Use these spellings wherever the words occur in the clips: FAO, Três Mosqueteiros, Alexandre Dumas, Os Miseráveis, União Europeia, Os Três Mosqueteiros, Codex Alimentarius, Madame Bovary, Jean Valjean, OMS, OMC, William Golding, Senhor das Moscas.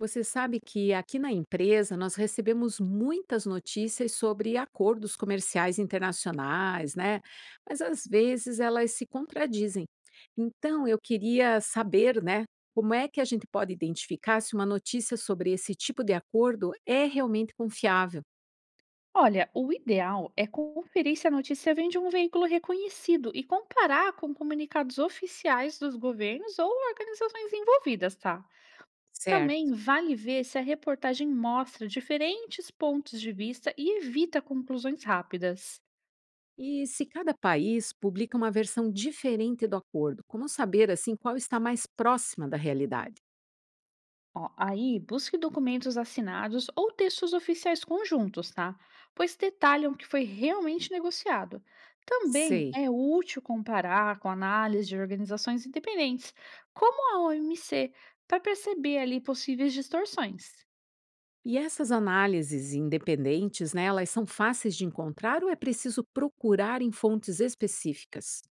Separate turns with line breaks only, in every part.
Você sabe que aqui na empresa nós recebemos muitas notícias sobre acordos comerciais internacionais, né? Mas às vezes elas se contradizem. Então eu queria saber, né, como é que a gente pode identificar se uma notícia sobre esse tipo de acordo é realmente confiável?
Olha, o ideal é conferir se a notícia vem de um veículo reconhecido e comparar com comunicados oficiais dos governos ou organizações envolvidas, tá? Também
Certo.
vale ver se a reportagem mostra diferentes pontos de vista e evita conclusões rápidas.
E se cada país publica uma versão diferente do acordo, como saber assim qual está mais próxima da realidade?
Ó, aí, busque documentos assinados ou textos oficiais conjuntos, tá? Pois detalham o que foi realmente negociado. Também
Sei.
é útil comparar com análise de organizações independentes, como a OMC, para perceber ali possíveis distorções.
E essas análises independentes, né, elas são fáceis de encontrar ou é preciso procurar em fontes específicas?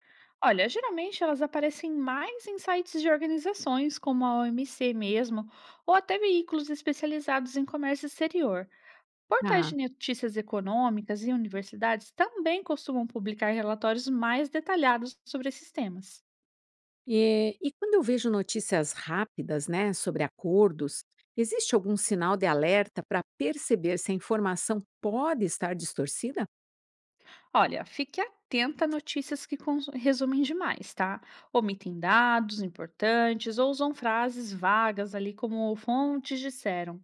Olha, geralmente elas aparecem mais em sites de organizações como a OMC mesmo, ou até veículos especializados em comércio exterior. Portais
Tá.
de notícias econômicas e universidades também costumam publicar relatórios mais detalhados sobre esses temas.
E quando eu vejo notícias rápidas, né, sobre acordos, existe algum sinal de alerta para perceber se a informação pode estar distorcida?
Olha, fique atenta a notícias que resumem demais, tá? Omitem dados importantes ou usam frases vagas ali como fontes disseram.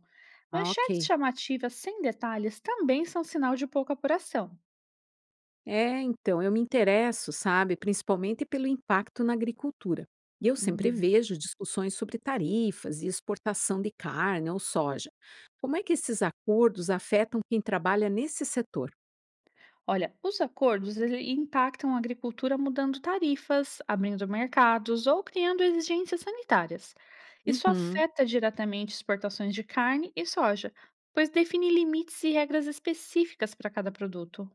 Ah,
Manchetes
ok.
chamativas sem detalhes também são sinal de pouca apuração.
É, então, eu me interesso, sabe, principalmente pelo impacto na agricultura. E eu sempre
Uhum.
vejo discussões sobre tarifas e exportação de carne ou soja. Como é que esses acordos afetam quem trabalha nesse setor?
Olha, os acordos ele impactam a agricultura mudando tarifas, abrindo mercados ou criando exigências sanitárias. Isso
Uhum.
afeta diretamente exportações de carne e soja, pois define limites e regras específicas para cada produto.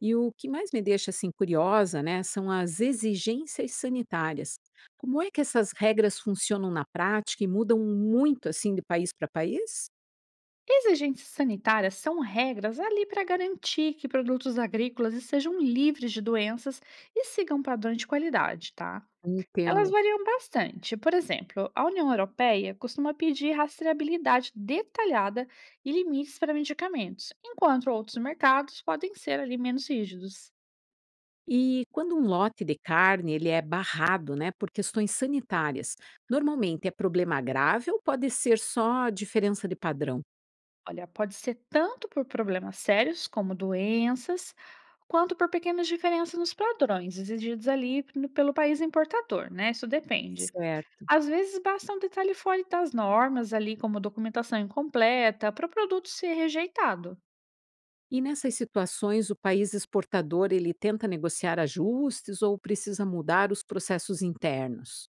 E o que mais me deixa assim curiosa, né, são as exigências sanitárias. Como é que essas regras funcionam na prática e mudam muito assim de país para país?
Exigências sanitárias são regras ali para garantir que produtos agrícolas estejam livres de doenças e sigam padrões de qualidade, tá? Elas
Entendo.
variam bastante. Por exemplo, a União Europeia costuma pedir rastreabilidade detalhada e limites para medicamentos, enquanto outros mercados podem ser ali menos rígidos.
E quando um lote de carne ele é barrado, né, por questões sanitárias, normalmente é problema grave ou pode ser só diferença de padrão?
Olha, pode ser tanto por problemas sérios, como doenças, quanto por pequenas diferenças nos padrões exigidos ali pelo país importador, né? Isso depende.
Certo.
Às vezes basta um detalhe fora das normas ali, como documentação incompleta, para o produto ser rejeitado.
E nessas situações, o país exportador ele tenta negociar ajustes ou precisa mudar os processos internos?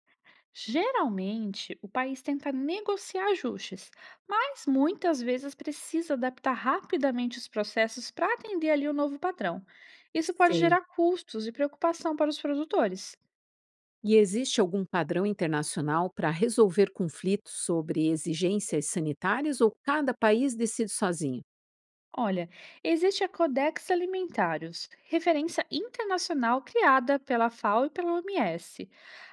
Geralmente, o país tenta negociar ajustes, mas muitas vezes precisa adaptar rapidamente os processos para atender ali o novo padrão. Isso pode
Sei.
gerar custos e preocupação para os produtores.
E existe algum padrão internacional para resolver conflitos sobre exigências sanitárias ou cada país decide sozinho?
Olha, existe a Codex Alimentários, referência internacional criada pela FAO e pela OMS.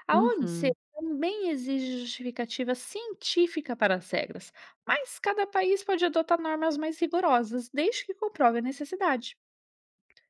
A OMC
Uhum.
também exige justificativa científica para as regras, mas cada país pode adotar normas mais rigorosas, desde que comprove a necessidade.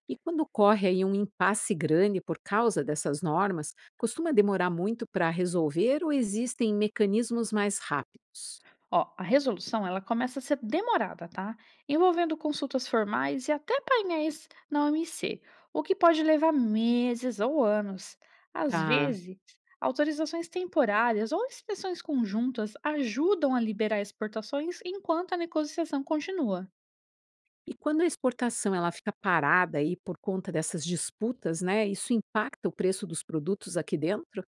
E quando ocorre aí um impasse grande por causa dessas normas, costuma demorar muito para resolver ou existem mecanismos mais rápidos?
Ó, a resolução ela começa a ser demorada, tá? Envolvendo consultas formais e até painéis na OMC, o que pode levar meses ou anos. Às
Tá.
vezes, autorizações temporárias ou inspeções conjuntas ajudam a liberar exportações enquanto a negociação continua.
E quando a exportação ela fica parada aí por conta dessas disputas, né, isso impacta o preço dos produtos aqui dentro?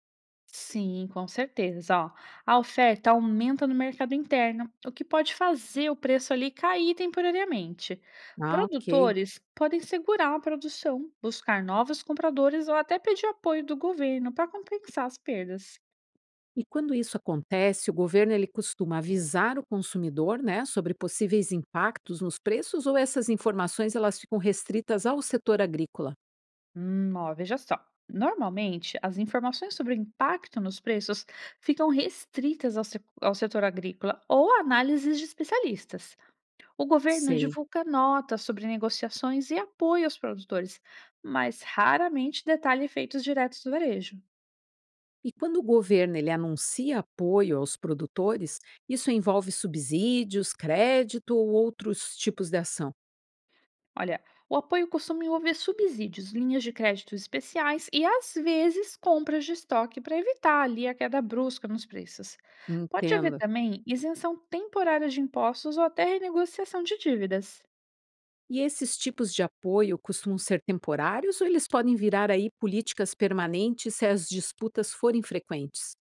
Sim, com certeza. Ó, a oferta aumenta no mercado interno, o que pode fazer o preço ali cair temporariamente.
Ah, ok.
Produtores podem segurar a produção, buscar novos compradores ou até pedir apoio do governo para compensar as perdas.
E quando isso acontece, o governo ele costuma avisar o consumidor, né, sobre possíveis impactos nos preços ou essas informações elas ficam restritas ao setor agrícola?
Ó, veja só. Normalmente, as informações sobre o impacto nos preços ficam restritas ao, se- ao setor agrícola ou análises de especialistas. O governo
Sei.
divulga notas sobre negociações e apoio aos produtores, mas raramente detalha efeitos diretos do varejo.
E quando o governo ele anuncia apoio aos produtores, isso envolve subsídios, crédito ou outros tipos de ação?
Olha, o apoio costuma envolver subsídios, linhas de crédito especiais e, às vezes, compras de estoque para evitar ali a queda brusca nos preços. Pode haver
Entendo.
também isenção temporária de impostos ou até renegociação de dívidas.
E esses tipos de apoio costumam ser temporários ou eles podem virar aí políticas permanentes se as disputas forem frequentes?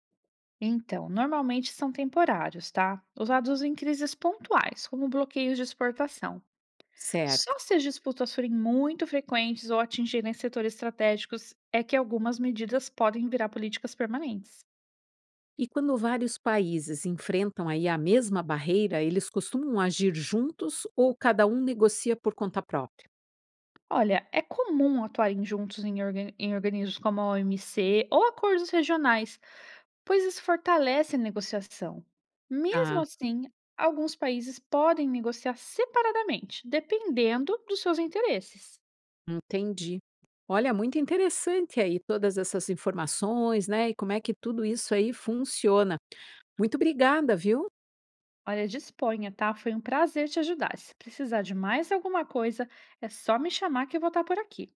Então, normalmente são temporários, tá? Usados em crises pontuais, como bloqueios de exportação.
Certo.
Só se as disputas forem muito frequentes ou atingirem setores estratégicos é que algumas medidas podem virar políticas permanentes.
E quando vários países enfrentam aí a mesma barreira, eles costumam agir juntos ou cada um negocia por conta própria?
Olha, é comum atuarem juntos em organismos como a OMC ou acordos regionais, pois isso fortalece a negociação. Mesmo
Ah,
assim, alguns países podem negociar separadamente, dependendo dos seus interesses.
entendi. Olha, muito interessante aí todas essas informações, né? E como é que tudo isso aí funciona. Muito obrigada, viu?
Olha, disponha, tá? Foi um prazer te ajudar. Se precisar de mais alguma coisa, é só me chamar que eu vou estar por aqui.